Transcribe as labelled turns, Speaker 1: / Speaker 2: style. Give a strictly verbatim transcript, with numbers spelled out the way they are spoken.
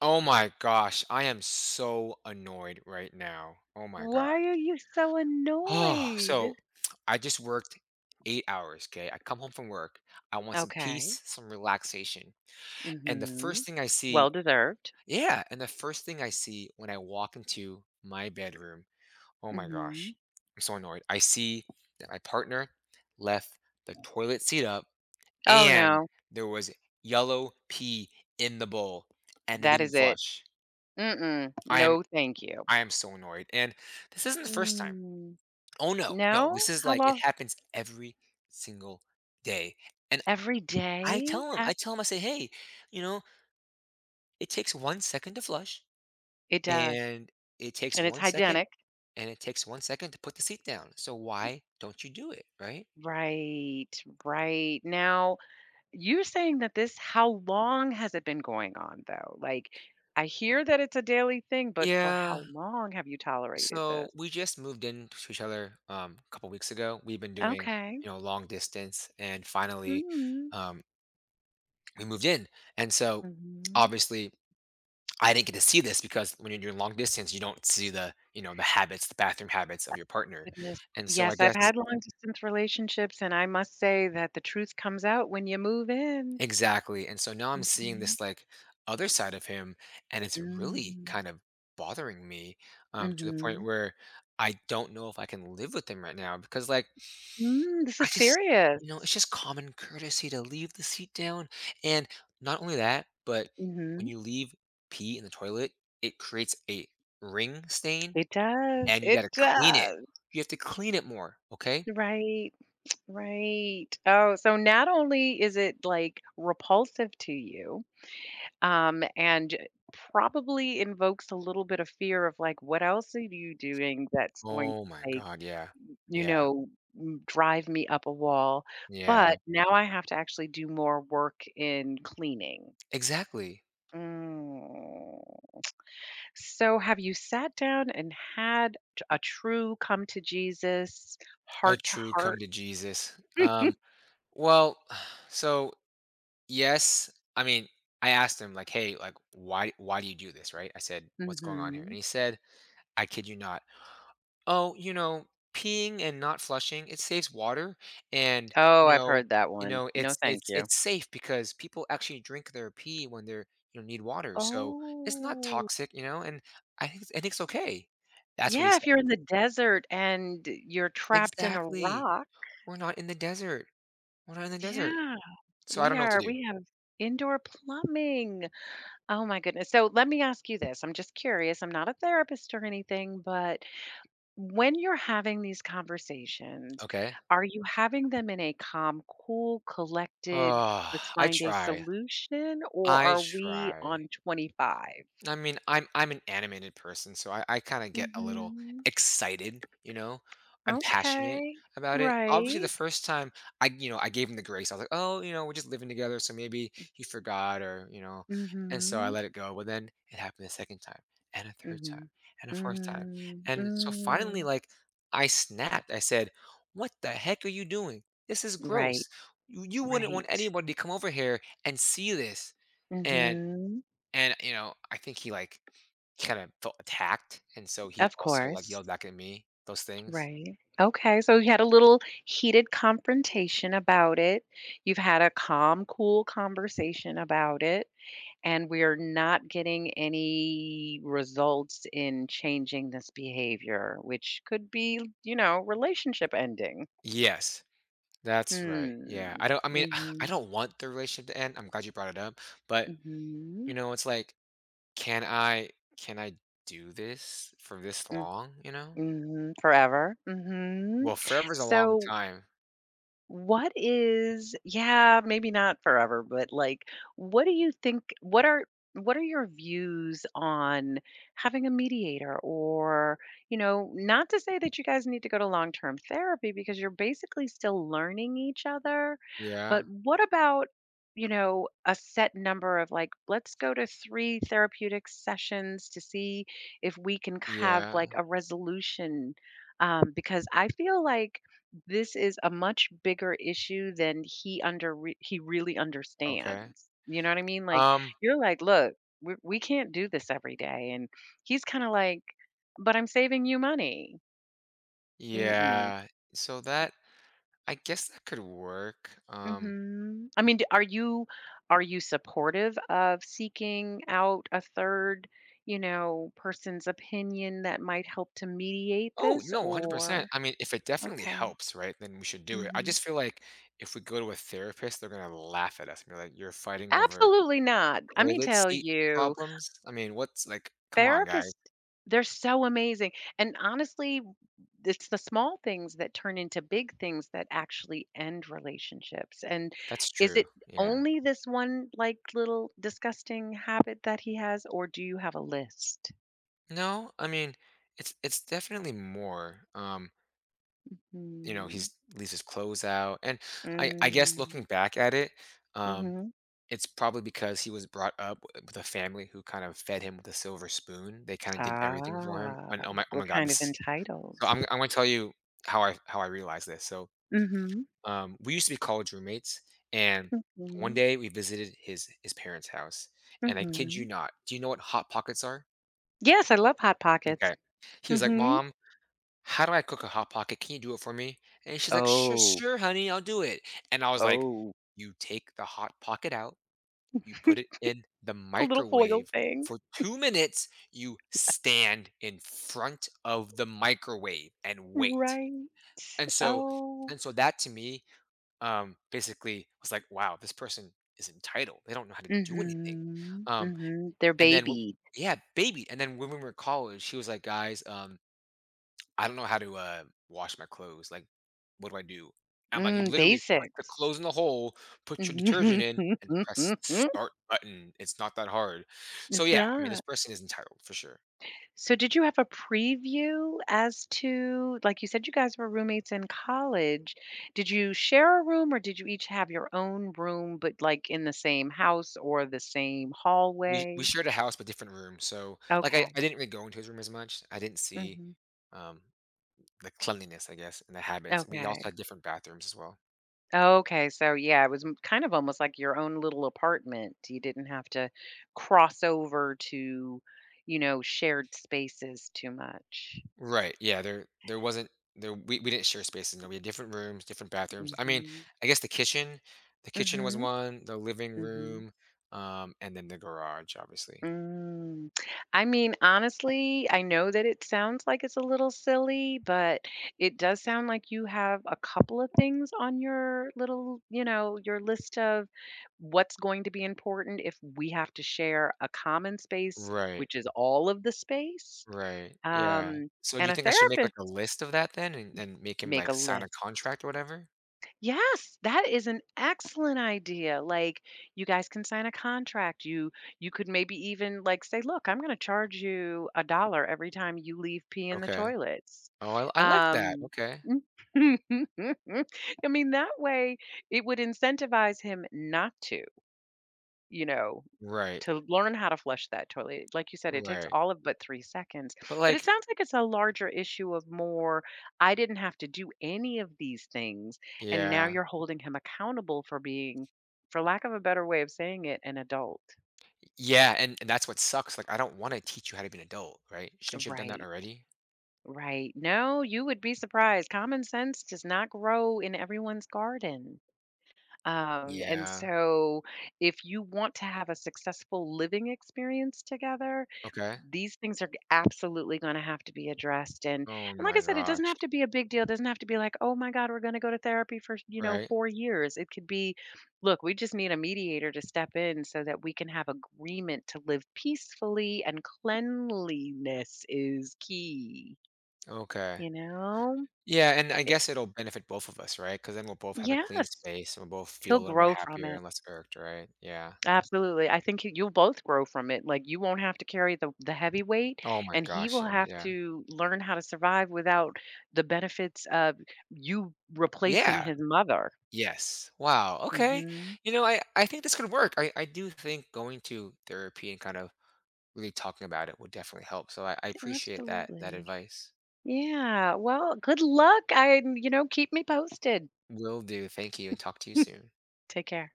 Speaker 1: Oh my gosh, I am so annoyed right now. Oh my
Speaker 2: Why
Speaker 1: gosh.
Speaker 2: are you so
Speaker 1: Oh,
Speaker 2: annoyed?
Speaker 1: so I just worked eight hours. Okay. I come home from work. I want some
Speaker 2: Okay.
Speaker 1: peace, some relaxation.
Speaker 2: Mm.
Speaker 1: And the first
Speaker 2: Mhm.
Speaker 1: thing I see,
Speaker 2: Well deserved.
Speaker 1: yeah. And the first thing I see when I walk into my bedroom, oh
Speaker 2: Mm.
Speaker 1: my
Speaker 2: Mhm.
Speaker 1: gosh, I'm so annoyed. I see that my partner left the toilet seat up,
Speaker 2: Oh,
Speaker 1: and
Speaker 2: no.
Speaker 1: there was yellow pee in the bowl, and it
Speaker 2: That is
Speaker 1: didn't
Speaker 2: it.
Speaker 1: flush.
Speaker 2: Mm-mm.
Speaker 1: I am
Speaker 2: No, thank you.
Speaker 1: I am so annoyed, and this isn't the first time.
Speaker 2: Mm.
Speaker 1: Oh, no, no,
Speaker 2: No?
Speaker 1: this is
Speaker 2: How
Speaker 1: like it
Speaker 2: often?
Speaker 1: happens every single day, and
Speaker 2: Every
Speaker 1: I tell
Speaker 2: day?
Speaker 1: tell 'em
Speaker 2: Ha.
Speaker 1: I tell tell 'em, I say, "Hey, you know, it takes one second to flush,
Speaker 2: It does,
Speaker 1: and it takes
Speaker 2: and it's
Speaker 1: one second,
Speaker 2: hygienic.
Speaker 1: and it takes one second to put the seat down, so why don't you do it?" Right?
Speaker 2: Right, right. Now, you're saying that this how long has it been going on, though? Like, I hear that it's a daily thing, but for how
Speaker 1: Yeah,
Speaker 2: long have you tolerated
Speaker 1: so
Speaker 2: this?
Speaker 1: we just moved in to each other, um, a couple weeks ago. We've been doing,
Speaker 2: Okay.
Speaker 1: you know, long distance, and finally,
Speaker 2: Mhm.
Speaker 1: um, we moved in, and so,
Speaker 2: Mhm.
Speaker 1: obviously I didn't get to see this because when you're doing long distance, you don't see the, you know, the habits, the bathroom habits of
Speaker 2: Oh
Speaker 1: your partner.
Speaker 2: goodness.
Speaker 1: And so I
Speaker 2: Yes, I've
Speaker 1: guess
Speaker 2: had long distance relationships, and I must say that the truth comes out when you move in.
Speaker 1: exactly. And so now I'm seeing
Speaker 2: Mhm.
Speaker 1: this like other side of him, and it's really
Speaker 2: Mm,
Speaker 1: kind of bothering me, um to the point
Speaker 2: mhm.
Speaker 1: where I don't know if I can live with him right now, because like
Speaker 2: Mm, this
Speaker 1: I
Speaker 2: is
Speaker 1: just,
Speaker 2: serious.
Speaker 1: you know, it's just common courtesy to leave the seat down. And not only that, but when
Speaker 2: Mhm.
Speaker 1: you leave pee in the toilet, it creates a ring stain.
Speaker 2: It does,
Speaker 1: And you gotta
Speaker 2: it
Speaker 1: clean it.
Speaker 2: does.
Speaker 1: You have to clean it more, okay?
Speaker 2: Right, right. Oh, so not only is it, like, repulsive to you, um, and probably invokes a little bit of fear of, like, what else are you doing that's going
Speaker 1: Oh my
Speaker 2: to, like
Speaker 1: god, yeah.
Speaker 2: You
Speaker 1: Yeah,
Speaker 2: know, m drive me up a wall,
Speaker 1: yeah.
Speaker 2: but now I have to actually do more work in cleaning.
Speaker 1: Exactly.
Speaker 2: Mm. So have you sat down and had t a true come to Jesus,
Speaker 1: A
Speaker 2: heart to
Speaker 1: true come
Speaker 2: heart?
Speaker 1: to Jesus. Um, well, so, yes, I mean, I asked him like, "Hey, like, why why do you do this?" Right? I said, "What's going on here?" And
Speaker 2: Mhm.
Speaker 1: he said, "I kid you not." Oh, you know, peeing and not flushing, it saves water and,
Speaker 2: Oh,
Speaker 1: you
Speaker 2: I've
Speaker 1: know
Speaker 2: heard that
Speaker 1: you
Speaker 2: one.
Speaker 1: know,
Speaker 2: No,
Speaker 1: it's
Speaker 2: thank
Speaker 1: it's
Speaker 2: you.
Speaker 1: it's safe because people actually drink their pee when they're, you know, need water, so it's not
Speaker 2: Oh.
Speaker 1: toxic, you know, and I think I think it's okay. That's what he
Speaker 2: Yeah, if
Speaker 1: said.
Speaker 2: you're in the desert and you're trapped in a
Speaker 1: Exactly.
Speaker 2: rock.
Speaker 1: We're not in the desert. We're not in the desert.
Speaker 2: Yeah,
Speaker 1: So I
Speaker 2: we
Speaker 1: don't know what to
Speaker 2: are
Speaker 1: do.
Speaker 2: we have indoor plumbing. Oh my goodness. So let me ask you this. I'm just curious. I'm not a therapist or anything, but when you're having these conversations,
Speaker 1: Okay.
Speaker 2: are you having them in a calm, cool, collected, let's
Speaker 1: Oh, I
Speaker 2: find a
Speaker 1: try.
Speaker 2: solution, or
Speaker 1: I
Speaker 2: are we
Speaker 1: try.
Speaker 2: on twenty-five?
Speaker 1: I mean, I'm I'm an animated person, so I, I kind of get a little
Speaker 2: Mm-hmm.
Speaker 1: excited, you know. I'm passionate
Speaker 2: Okay.
Speaker 1: about it. Obviously, the
Speaker 2: Right.
Speaker 1: first time I, you know, I gave him the grace. I was like, oh, you know, we're just living together, so maybe he forgot, or you know, and so I
Speaker 2: Mm-hmm.
Speaker 1: let it go. But then it happened the second time, and a third time, and a fourth time,
Speaker 2: Mm-hmm.
Speaker 1: and so finally,
Speaker 2: Mm-hmm.
Speaker 1: like, I snapped. I said, "What the heck are you doing? This is
Speaker 2: Right.
Speaker 1: gross. You, you wouldn't
Speaker 2: Right.
Speaker 1: want anybody to come over here and see this." And
Speaker 2: Mm-hmm.
Speaker 1: and, you know, I think he, like, he kinda felt attacked, and so he
Speaker 2: Of
Speaker 1: also, like,
Speaker 2: course.
Speaker 1: yelled back at me those things.
Speaker 2: Right. Okay. So you had a little heated confrontation about it. You've had a calm, cool conversation about it. And we're not getting any results in changing this behavior, which could be, you know, relationship ending.
Speaker 1: Yes, that's right, yeah.
Speaker 2: Hmm.
Speaker 1: I don't I mean, I
Speaker 2: Mm-hmm.
Speaker 1: don't want the relationship to end, I'm glad you brought it up, but,
Speaker 2: Mm-hmm.
Speaker 1: you know, it's like, can I can I do this for this
Speaker 2: Mm-hmm.
Speaker 1: long, you know?
Speaker 2: Mm-hmm. Forever. Mm-hmm.
Speaker 1: Well, forever's a long
Speaker 2: So
Speaker 1: time.
Speaker 2: What is yeah, maybe not forever, but, like, what do you think what are what are your views on having a mediator or, you know, not to say that you guys need to go to long-term therapy because you're basically still learning each other, but
Speaker 1: Yeah,
Speaker 2: what about, you know, a set number of, like, "Let's go to three therapeutic sessions to see if we can have, like,
Speaker 1: yeah,
Speaker 2: a resolution," um, because I feel like this is a much bigger issue than he under re he really
Speaker 1: okay.
Speaker 2: understands. You know what I mean? Like,
Speaker 1: Um,
Speaker 2: you're like, "Look, we we can't do this every day," and he's kinda like, "But I'm saving you money." Mm-mm.
Speaker 1: yeah, so that I guess that could work, um.
Speaker 2: Mhm. I mean, d are you are you supportive of seeking out a third, you know, person's opinion that might help to mediate
Speaker 1: Oh,
Speaker 2: this
Speaker 1: no,
Speaker 2: or
Speaker 1: one hundred percent. I mean, if it definitely
Speaker 2: Okay.
Speaker 1: helps, right, then we should do it. I
Speaker 2: Mhm.
Speaker 1: just feel like if we go to a therapist, they're gonna laugh at us and be like, "You're fighting over
Speaker 2: Absolutely not. Let me
Speaker 1: toilet
Speaker 2: tell
Speaker 1: seat
Speaker 2: you.
Speaker 1: problems?" I mean, what's like, come on, guys.
Speaker 2: Therapists, they're so amazing, and honestly, it's the small things that turn into big things that actually end relationships, and
Speaker 1: That's
Speaker 2: is it
Speaker 1: true. Yeah.
Speaker 2: only this one, like, little disgusting habit that he has, or do you have a list?
Speaker 1: No, I mean, it's it's definitely more. Um, you know,
Speaker 2: Mm.
Speaker 1: he's leaves his clothes out. And I I guess
Speaker 2: Mm.
Speaker 1: looking back at it, um,
Speaker 2: Mhm.
Speaker 1: it's probably because he was brought up with a family who kind of fed him with a silver spoon. They kind of did everything for him.
Speaker 2: Ah,
Speaker 1: And oh my oh
Speaker 2: we're
Speaker 1: my God,
Speaker 2: kind
Speaker 1: this
Speaker 2: of
Speaker 1: is,
Speaker 2: entitled.
Speaker 1: so I'm I'm gonna tell you how I how I realized this. So
Speaker 2: Mhm.
Speaker 1: um, we used to be college roommates, and one
Speaker 2: Mhm.
Speaker 1: day we visited his his parents' house, and I kid you
Speaker 2: Mhm.
Speaker 1: not, do you know what hot pockets are?
Speaker 2: Yes, I love Hot Pockets.
Speaker 1: Okay, he was like,
Speaker 2: Mhm.
Speaker 1: "Mom, how do I cook a hot pocket? Can you do it for me?" And she's like, "Sure,
Speaker 2: Oh,
Speaker 1: sure, honey, I'll do it." And I was like,
Speaker 2: oh,
Speaker 1: "You take the hot pocket out, you put it in the
Speaker 2: a little foil
Speaker 1: microwave."
Speaker 2: thing.
Speaker 1: For two minutes, you stand in front of the microwave and wait.
Speaker 2: Right.
Speaker 1: And so,
Speaker 2: Oh.
Speaker 1: and so that to me, um, basically was like, wow, this person is entitled. They don't know how to do
Speaker 2: Mm.
Speaker 1: anything.
Speaker 2: Mhm.
Speaker 1: Um,
Speaker 2: Mm. Mhm. They're
Speaker 1: and then wh-
Speaker 2: babied.
Speaker 1: yeah, baby. And then when we were in college, she was like, guys, um, I don't know how to uh wash my clothes. Like, what do I do? I'm like, you
Speaker 2: Mm,
Speaker 1: literally put the
Speaker 2: basics.
Speaker 1: clothes in the hole, put your detergent
Speaker 2: Mhm.
Speaker 1: in, and press the start button. It's not that hard. So
Speaker 2: It's
Speaker 1: yeah, I mean, this
Speaker 2: not.
Speaker 1: person is entitled for sure.
Speaker 2: So did you have a preview as to like you said you guys were roommates in college. Did you share a room or did you each have your own room but like in the same house or the same
Speaker 1: We we
Speaker 2: hallway?
Speaker 1: shared a house but different rooms. So like I,
Speaker 2: Okay.
Speaker 1: I didn't really go into his room as much. I didn't see
Speaker 2: Mhm.
Speaker 1: um the cleanliness, I guess, and the habits. We also
Speaker 2: Okay.
Speaker 1: had different bathrooms as well.
Speaker 2: Okay, so yeah, it was m kind of almost like your own little apartment. You didn't have to cross over to, you know, shared spaces too much.
Speaker 1: Right. Yeah. There there wasn't there we, we didn't share spaces. No, we had different rooms, different bathrooms. I mean,
Speaker 2: Mhm.
Speaker 1: I guess the kitchen. The kitchen was
Speaker 2: Mhm.
Speaker 1: one, the living
Speaker 2: Mhm.
Speaker 1: room, um, and then the garage, obviously.
Speaker 2: Mm. I mean, honestly, I know that it sounds like it's a little silly, but it does sound like you have a couple of things on your little, you know, your list of what's going to be important if we have to share a common space,
Speaker 1: Right.
Speaker 2: which is all of the space.
Speaker 1: Right. Yeah.
Speaker 2: Um,
Speaker 1: So do
Speaker 2: and
Speaker 1: you
Speaker 2: a
Speaker 1: think I should make
Speaker 2: therapist
Speaker 1: like a list of that then, and, and make him
Speaker 2: make a
Speaker 1: like sign a
Speaker 2: list.
Speaker 1: contract or whatever?
Speaker 2: Yes, that is an excellent idea. Like you guys can sign a contract. You you could maybe even like say, "Look, I'm going to charge you a dollar every time you leave pee in the
Speaker 1: Okay.
Speaker 2: toilets."
Speaker 1: Oh, I, I like that.
Speaker 2: Um
Speaker 1: Okay.
Speaker 2: I mean, that way it would incentivize him not to, you know,
Speaker 1: Right.
Speaker 2: to learn how to flush that toilet. Like you said, it takes
Speaker 1: Right.
Speaker 2: all of but 3 seconds.
Speaker 1: But
Speaker 2: But it
Speaker 1: like,
Speaker 2: sounds like it's a larger issue of more, "I didn't have to do any of these things," and now
Speaker 1: yeah.
Speaker 2: you're holding him accountable for being, for lack of a better way of saying it, an adult.
Speaker 1: Yeah, and and that's what sucks, like, I don't wanna teach you how to be an adult, right? Shouldn't you have done that
Speaker 2: Right,
Speaker 1: already?
Speaker 2: right. No, you would be surprised. Common sense does not grow in everyone's garden. Um, and
Speaker 1: Yeah,
Speaker 2: so, if you want to have a successful living experience together,
Speaker 1: okay.
Speaker 2: these things are absolutely going to have to be addressed. And
Speaker 1: Oh
Speaker 2: and like I
Speaker 1: my
Speaker 2: said, it doesn't
Speaker 1: gosh,
Speaker 2: have to be a big deal. It doesn't have to be like, oh my God, we're going to go to therapy for you know
Speaker 1: right?
Speaker 2: four years. It could be, look, we just need a mediator to step in so that we can have agreement to live peacefully, and cleanliness is key.
Speaker 1: Okay.
Speaker 2: You know,
Speaker 1: Yeah, and I
Speaker 2: It-
Speaker 1: guess it'll benefit both of us, right? Because then we'll both have a clean
Speaker 2: yes,
Speaker 1: space, and we'll both feel
Speaker 2: he'll
Speaker 1: a little more
Speaker 2: grow from
Speaker 1: happier
Speaker 2: it.
Speaker 1: and less irked, right? Yeah.
Speaker 2: Absolutely. I think you you'll both grow from it. Like you won't have to carry the the heavy weight
Speaker 1: Oh my
Speaker 2: and he
Speaker 1: gosh,
Speaker 2: will
Speaker 1: um,
Speaker 2: have
Speaker 1: yeah.
Speaker 2: to learn how to survive without the benefits of you replacing
Speaker 1: Yeah,
Speaker 2: his mother.
Speaker 1: yes. Wow, okay.
Speaker 2: Mhm.
Speaker 1: You know, I I think this could work. I I do think going to therapy and kind of really talking about it would definitely help, so I I appreciate that that
Speaker 2: Absolutely.
Speaker 1: advice.
Speaker 2: Yeah. Well, good luck. I you know, keep me posted.
Speaker 1: Will do, thank you, and talk to you soon.
Speaker 2: Take care.